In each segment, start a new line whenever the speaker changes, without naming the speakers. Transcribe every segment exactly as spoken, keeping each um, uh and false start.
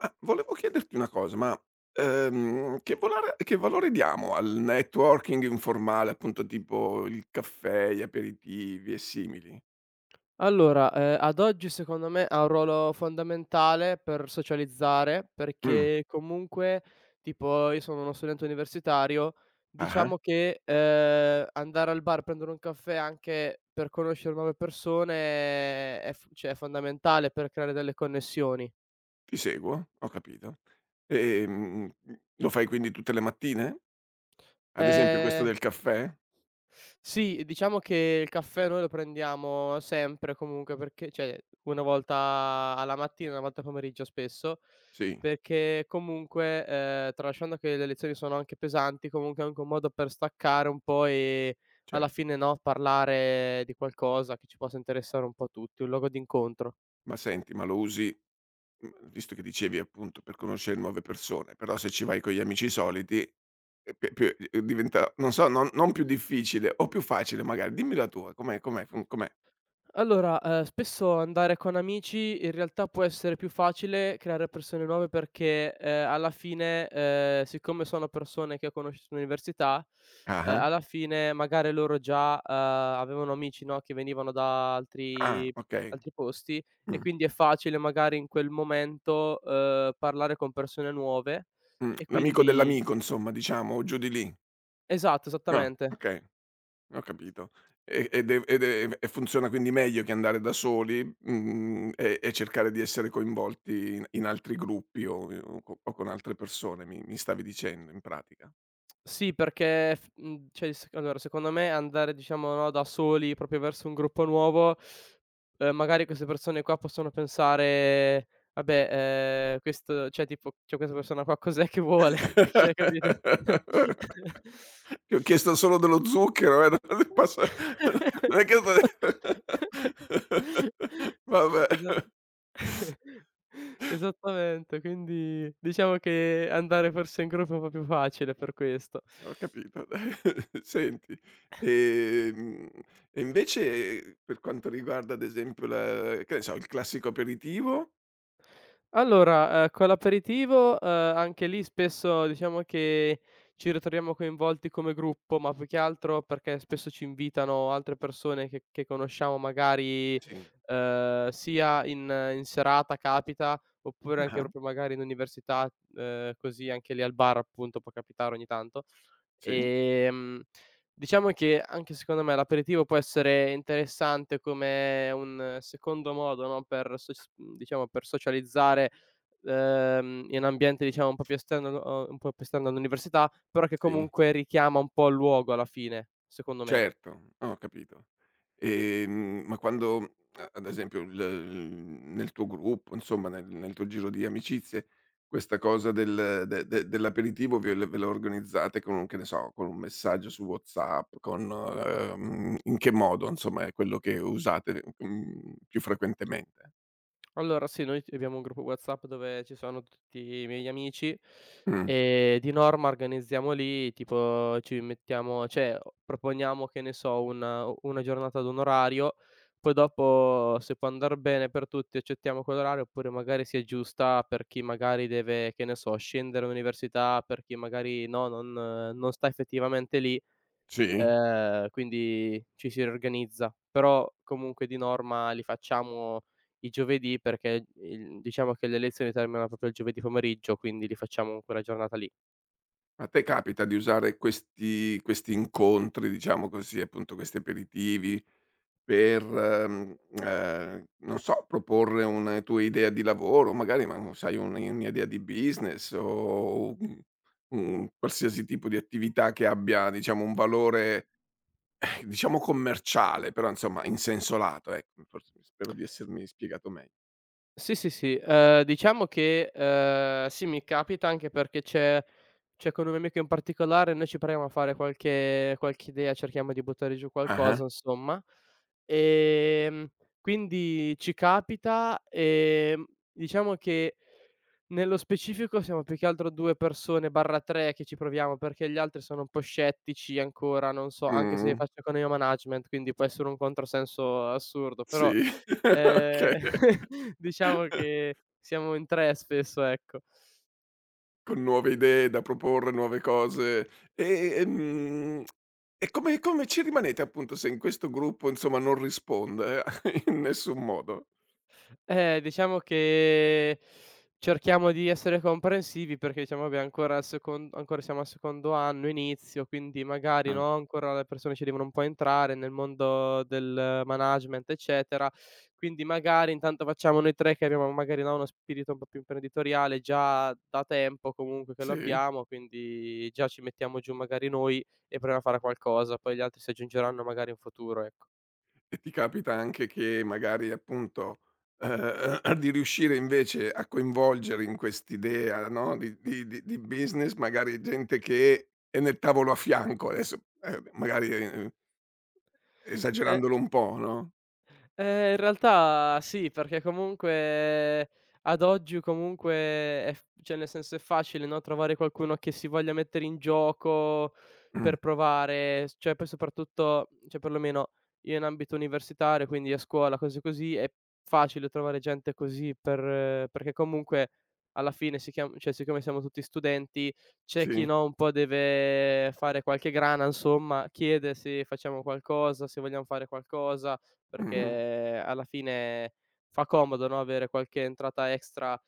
Ma volevo chiederti una cosa, ma, ehm, che volare che valore diamo al networking informale, appunto tipo il caffè, gli aperitivi e simili?
Allora, ehm, ad oggi secondo me ha un ruolo fondamentale per socializzare,
Mh,
perché comunque tipo io sono uno studente universitario,
ah-ah,
diciamo che, ehm, andare al bar, prendere un caffè anche per conoscere nuove persone è f cioè è fondamentale per creare delle connessioni.
ti seguo, ho capito. Ehm, Lo fai quindi tutte le mattine? Ad esempio questo
Ehm
del caffè?
Sì, diciamo che il caffè noi lo prendiamo sempre comunque perché cioè, una volta alla mattina, una volta al pomeriggio spesso,
Sì,
perché comunque, ehm, tralasciando che le lezioni sono anche pesanti, comunque è anche un modo per staccare un po' e
ce.
alla fine, no, parlare di qualcosa che ci possa interessare un po' tutti, un luogo d'incontro.
Ma senti, ma lo usi, mhmm, visto che dicevi appunto per conoscere nuove persone, però se ci vai con gli amici soliti, ehm, pe pe ehm, diventa non so, non non più difficile o più facile magari. Dimmi la tua, com'è com'è fun com'è?
Allora, ehm, spesso andare con amici in realtà può essere più facile creare persone nuove perché, ehm, alla fine, ehm, siccome sono persone che ho conosciuto all'università, ehm,
Ah-ah.
alla fine magari loro già, ehm, avevano amici, no, che venivano da
Ah,
altri
okay.
altri posti e
Mh,
quindi è facile magari in quel momento, ehm, parlare con persone nuove
mh.
e
L'amico
quindi.
dell'amico insomma diciamo, o giù di lì.
Esatto,
Ah,
esattamente.
okay. Ho capito. E ed e ed e e funziona quindi meglio che andare da soli, mhmm, e e cercare di essere coinvolti in in altri gruppi o o co o con altre persone, mi mi stavi dicendo in pratica.
Sì, perché f mhmm, cioè s allora secondo me andare diciamo, no, da soli proprio verso un gruppo nuovo, ehm, magari queste persone qua possono pensare: "Vabbè, ehm, questo cioè tipo, cioè questa persona qua cos'è che vuole?" Cioè capito?
Ti ho chiesto solo dello zucchero, eh, non è passa non è che vabbè.
Esat esattamente, quindi diciamo che andare forse in gruppo è un po' più facile per questo.
Ho capito. Senti, ehm, e invece per quanto riguarda ad esempio la, che ne so, il classico aperitivo?
Allora, ehm, con l'aperitivo, ehm, anche lì spesso diciamo che ci ritroviamo coinvolti come gruppo, ma più che altro perché spesso ci invitano altre persone che che conosciamo magari,
Sì.
ehm, sia in in serata capita, oppure anche
Ah-ah,
proprio magari in università, ehm, così anche lì al bar appunto può capitare ogni tanto.
sì,
Ehm, diciamo che anche secondo me l'aperitivo può essere interessante come un secondo modo, no, per soc mhmm, diciamo per socializzare, ehm, in un ambiente diciamo un po' più esterno o un po' più esterno all'università, però che
sì,
comunque richiama un po' il luogo alla fine, secondo me.
certo, ho capito. Ehm, ma quando a ad esempio il, mhmm, nel tuo gruppo, insomma nel nel tuo giro di amicizie, questa cosa del de de dell'aperitivo ve l ve la organizzate con un, che ne so, con un messaggio su WhatsApp, con, ehm, in che modo insomma è quello che usate, mhmm, più frequentemente?
Allora sì, noi t abbiamo un gruppo WhatsApp dove ci sono tutti i miei amici,
Mh,
e di norma organizziamo lì, tipo ci mettiamo cioè proponiamo, che ne so, una una giornata ad un orario, poi dopo se può andar bene per tutti accettiamo quell'orario, oppure magari si aggiusta per chi magari deve, che ne so, scendere all'università, per chi magari no, non eh, non sta effettivamente lì.
sì?
Ehm, quindi ci si riorganizza, però comunque di norma li facciamo i giovedì perché il diciamo che le lezioni terminano proprio il giovedì pomeriggio, quindi li facciamo in quella giornata lì.
A te capita di usare questi questi incontri, diciamo così, appunto questi aperitivi per, mhmm, ehm, eh, non so, proporre una tua idea di lavoro, magari, ma non sai, un un'idea di business o un un qualsiasi tipo di attività che abbia, diciamo, un valore, eh, diciamo, commerciale, però insomma in senso lato, ecco, forse spero di essermi spiegato meglio.
Sì, sì, sì. Ehm, diciamo che, ehm, sì, mi capita anche perché c'è c'è con un mio amico in particolare, noi ci proviamo a fare qualche qualche idea, cerchiamo di buttare giù
Ah-ah.
qualcosa insomma. Ehm, quindi ci capita, ehm, diciamo che nello specifico siamo più che altro due persone barra tre che ci proviamo, perché gli altri sono un po' scettici ancora, non so, anche
Mh-mh.
se faccio economia management, quindi può essere un controsenso assurdo, però.
Sì,
Ehm,
okay.
diciamo che siamo in tre spesso, ecco.
Con nuove idee da proporre, nuove cose. E, ehm, e come come ci rimanete appunto se in questo gruppo, insomma, non risponde in nessun modo?
Eh, diciamo che cerchiamo di essere comprensivi perché diciamo vabbè ancora al secon ancora siamo al secondo anno, inizio, quindi magari,
Ah,
no, ancora le persone ci devono un po' entrare nel mondo del management, eccetera. Quindi magari intanto facciamo noi tre che abbiamo magari, no, uno spirito un po' più imprenditoriale già da tempo comunque che lo
sì?
abbiamo, quindi già ci mettiamo giù magari noi e proviamo a fare qualcosa, poi gli altri si aggiungeranno magari in futuro, ecco.
E ti capita anche che magari appunto, ehm, di riuscire invece a coinvolgere in quest'idea, no, di di di di business magari gente che è nel tavolo a fianco adesso, ehm, magari, ehm,
Eh
esagerandolo un po', no?
Ehm, in realtà sì, perché comunque ad oggi comunque è f cioè nel senso è facile, no, trovare qualcuno che si voglia mettere in gioco
Mh,
per provare, s cioè poi soprattutto cioè perlomeno io in ambito universitario, quindi a scuola, cose così, è facile trovare gente così per eh, perché comunque alla fine si chiam cioè siccome siamo tutti studenti, c'è chi,
sì.
no, un po' deve fare qualche grana insomma, chiede se facciamo qualcosa, se vogliamo fare qualcosa
Mh-mh,
perché alla fine fa comodo, no, avere qualche entrata extra,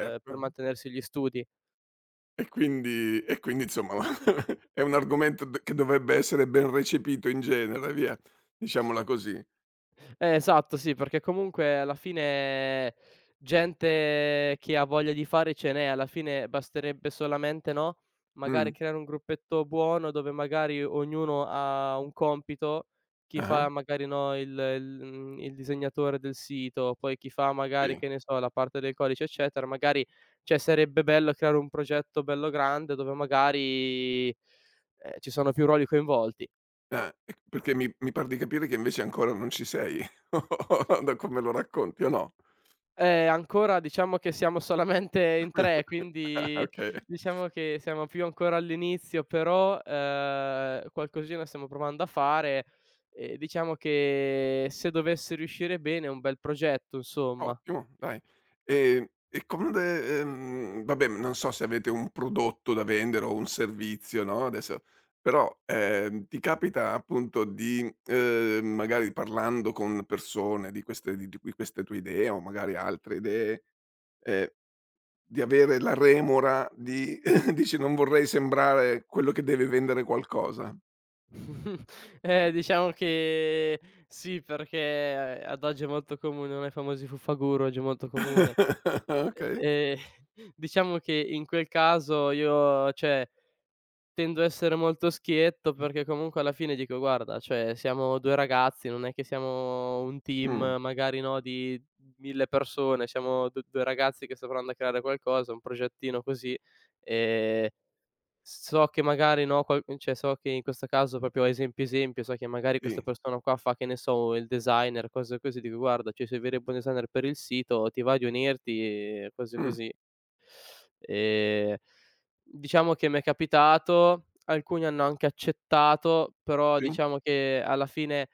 ehm, per mantenersi gli studi.
E quindi e quindi insomma è un argomento d che dovrebbe essere ben recepito in genere, via, diciamola così.
Eh, esatto, sì, perché comunque alla fine gente che ha voglia di fare ce n'è, alla fine basterebbe solamente, no,
Mh.
magari creare un gruppetto buono dove magari ognuno ha un compito, chi
Ah-ah,
fa magari, no, il il mhmm, il disegnatore del sito, poi chi fa magari,
sì.
che ne so, la parte del codice, eccetera, magari cioè sarebbe bello creare un progetto bello grande dove magari, ehm, ci sono più ruoli coinvolti.
Ah, e perché mi mi par di capire che invece ancora non ci sei, da come lo racconti, o no?
Eh, ancora diciamo che siamo solamente in tre,
Ah,
quindi
okay.
diciamo che siamo più ancora all'inizio, però, ehm, qualcosina stiamo provando a fare e diciamo che se dovesse riuscire bene è un bel progetto insomma.
Ottimo, dai. Ehm, e comode ehm, vabbè, non so se avete un prodotto da vendere o un servizio, no, adesso però, ehm, ti capita appunto di, ehm, magari parlando con persone di queste di di qui queste tue idee o magari altre idee, ehm, di avere la remora di dici: "Non vorrei sembrare quello che deve vendere qualcosa."
Eh, diciamo che sì, perché ad oggi è molto comune, no, i famosi Fuffaguru oggi è molto comune. E
Okay.
e diciamo che in quel caso io cioè tendo a essere molto schietto perché comunque alla fine dico: "Guarda, cioè siamo due ragazzi, non è che siamo un team
Mh,
magari, no, di mille persone, siamo du due ragazzi che sta provando a creare qualcosa, un progettino così, ehm" So che magari no, qual cioè so che in questo caso proprio esempio, esempio, so che magari questa
sì.
persona qua fa, che ne so, il designer, cose così, dico: "Guarda, cioè sei verrebbe un designer per il sito, ti va di unirti?" E cose
Mh,
così. Ehm, diciamo che m'è capitato, alcuni hanno anche accettato, però
sì.
diciamo che alla fine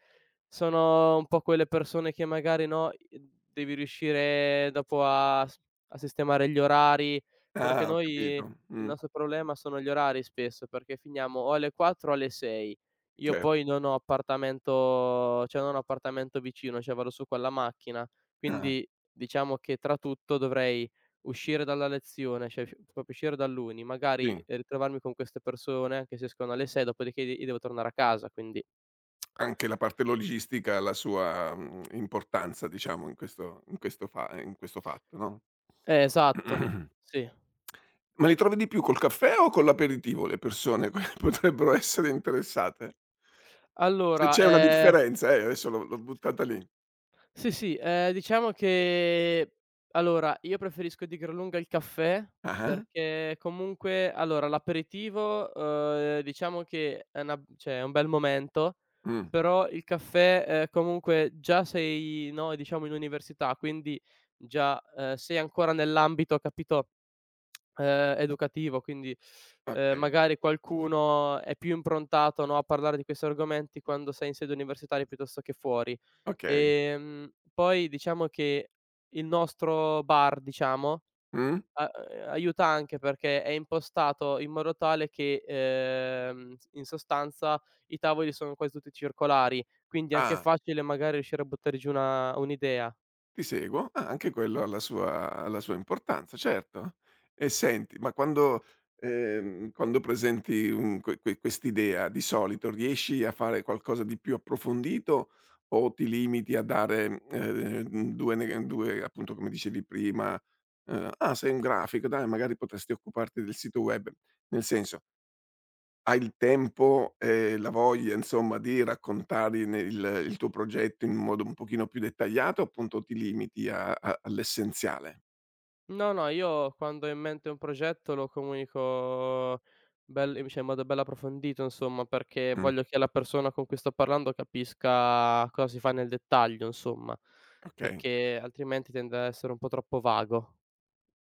sono un po' quelle persone che magari no, i devi riuscire dopo a s a sistemare gli orari, perché
Ah, ho
noi
capito.
il
Mh,
nostro problema sono gli orari spesso, perché finiamo o alle quattro o alle sei. Io
cer.
poi non ho appartamento cioè non ho appartamento vicino, cioè vado su con la macchina,
Ah,
quindi diciamo che tra tutto dovrei uscire dalla lezione, cioè usci proprio uscire dall'Uni, magari,
sì.
ehm, ritrovarmi con queste persone anche se escono alle sei, dopodiché de io devo tornare a casa, quindi.
Anche la parte logistica ha la sua, mhmm, importanza diciamo in questo in questo fa eh, in questo fatto, no.
Eh, esatto, sì.
Ma li trovi di più col caffè o con l'aperitivo le persone che potrebbero essere interessate? Se
Allora.
c'è una
ehm
differenza, eh, adesso l'ho l'ho buttata lì.
Sì, sì, ehm, diciamo che allora, io preferisco di gran lunga il caffè,
Ah-ah.
perché comunque allora l'aperitivo, uhm, diciamo che è una cioè è un bel momento,
Mh,
però il caffè, ehm, comunque già sei, no, diciamo in università, quindi già, ehm, sei ancora nell'ambito, capito ehm, educativo, quindi, ehm,
okay,
magari qualcuno è più improntato, no, a parlare di questi argomenti quando sei in sede universitaria piuttosto che fuori.
okay.
Ehm, poi diciamo che il nostro bar, diciamo,
Mh?
a ehm, aiuta anche perché è impostato in modo tale che, ehm, s in sostanza i tavoli sono quasi tutti circolari, quindi è anche
Ah.
facile magari riuscire a buttare giù una un'idea.
Ti seguo. Ah, anche quello ha la sua ha la sua importanza, certo. E senti, ma quando ehm, quando presenti un que que quest'idea, di solito riesci a fare qualcosa di più approfondito o ti limiti a dare, ehm, due neg due appunto come dicevi prima, ehm: "Ah, sei un grafico, dai magari potresti occuparti del sito web." Nel senso hai il tempo e la voglia insomma di raccontare ne il il tuo progetto in modo un pochino più dettagliato, appunto ti limiti a a all'essenziale?
No, no, io quando ho in mente un progetto lo comunico bel in cioè in modo bello approfondito insomma, perché
Mh,
voglio che la persona con cui sto parlando capisca cosa si fa nel dettaglio insomma,
okay.
perché altrimenti tende a essere un po' troppo vago.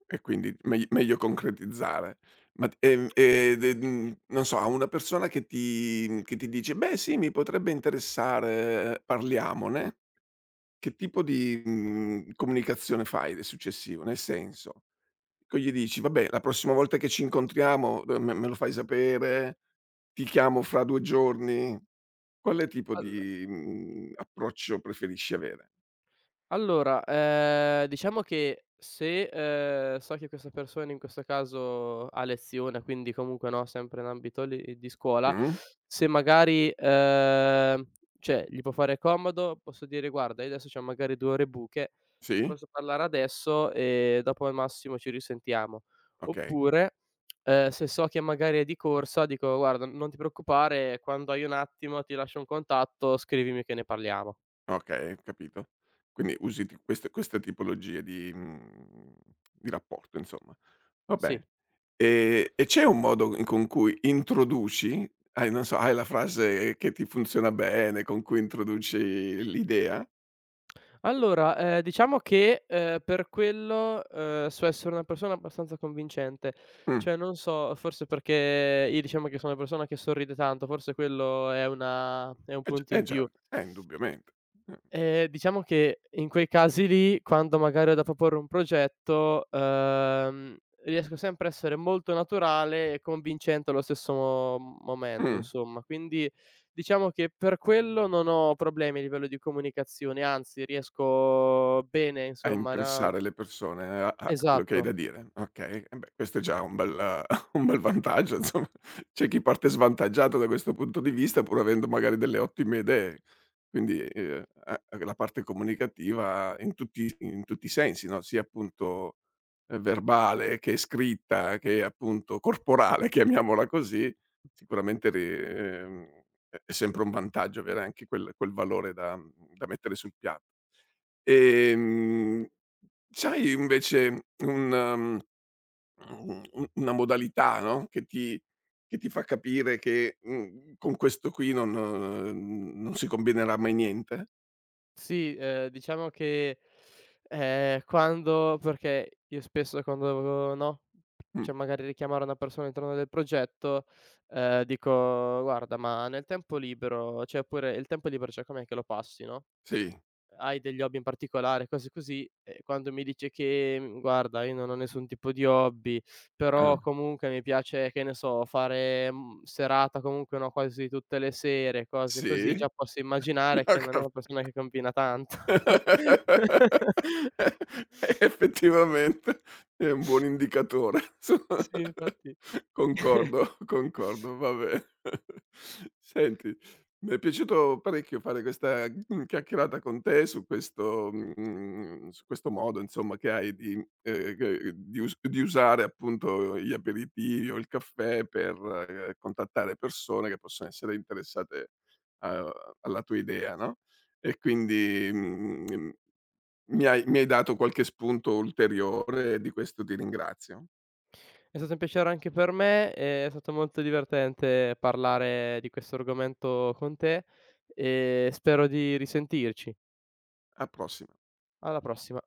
E quindi megl meglio concretizzare. Ma t ehm, ed e mhmm, non so, a una persona che ti che ti dice: "Beh sì, mi potrebbe interessare, parliamone." Che tipo di, mhmm, comunicazione fai de successivo? Nel senso, co gli dici: "Vabbè, la prossima volta che ci incontriamo, uhm, me me lo fai sapere, ti chiamo fra due giorni." Quale tipo
Al
di, mhmm, approccio preferisci avere?
Allora, ehm, diciamo che se, ehm, so che questa persona in questo caso ha lezione, quindi comunque, no, sempre in ambito lì di scuola,
Mh?
se magari, ehm, cioè gli può fare comodo, posso dire: "Guarda, io adesso c'ho magari due ore buche,
Sì?
posso parlare adesso e dopo al massimo ci risentiamo."
Okay,
Oppure, ehm, se so che magari è di corsa, dico: "Guarda, non ti preoccupare, quando hai un attimo ti lascio un contatto, scrivimi che ne parliamo."
okay, ho capito. Quindi usi ti queste queste tipologie di, mhmm, di rapporto insomma. Va
Sì.
bene. Ehm, e c'è un modo in con cui introduci, hai non so, hai la frase che ti funziona bene, con cui introduci l'idea?
Allora, ehm, diciamo che, ehm, per quello, ehm, so essere una persona abbastanza convincente.
Mh,
Cioè, non so, forse perché io diciamo che sono una persona che sorride tanto, forse quello è una è un
eh già
punto
eh
in più.
già, eh indubbiamente.
Ehm, diciamo che in quei casi lì, quando magari ho da proporre un progetto, uhm, riesco sempre a essere molto naturale e convincente allo stesso mo momento,
Mh,
insomma. Quindi diciamo che per quello non ho problemi a livello di comunicazione, anzi riesco bene
a
insomma ra
interessare le persone a a quello che hai da
esatto.
dire. Okay, e beh questo è già un bel un bel vantaggio insomma. C'è chi parte svantaggiato da questo punto di vista pur avendo magari delle ottime idee. Quindi, ehm, a la parte comunicativa in tutti in tutti i sensi, no, sia appunto, ehm, verbale che scritta, che appunto corporale, chiamiamola così, sicuramente ri ehm, è è sempre un vantaggio avere anche quel quel valore da da mettere sul piatto. Ehm, c'hai invece un, mhmm, u una modalità, no, che ti che ti fa capire che, mhmm, con questo qui non n non si combinerà mai niente?
Sì, ehm, diciamo che, ehm, quando perché io spesso quando devo no,
Mh.
cioè magari richiamare una persona all'interno del progetto, ehm, dico: "Guarda, ma nel tempo libero" cioè oppure: "Il tempo libero cioè com'è che lo passi", no?
Sì.
Hai degli hobby in particolare, cose così, e quando mi dice che: "Mhmm, guarda, io non ho nessun tipo di hobby,
Ah.
però comunque mi piace, che ne so, fare, mhmm, serata comunque, no, quasi tutte le sere", cose così,
Sì.
già posso immaginare
Ho
che non è
cap
una persona che combina tanto.
Effettivamente è un buon indicatore.
Sì, infatti.
Concordo, concordo, va bene. Senti, mi è piaciuto parecchio fare questa, mhmm, chiacchierata con te su questo, mhmm, su questo modo insomma che hai di ehm, che di us di usare appunto gli aperitivi o il caffè per, ehm, contattare persone che possono essere interessate a alla tua idea, no? E quindi, mhmm, mi hai mi hai dato qualche spunto ulteriore e di questo ti ringrazio.
È stato un piacere anche per me, è stato molto divertente parlare di questo argomento con te e spero di risentirci.
A prossima.
Alla prossima.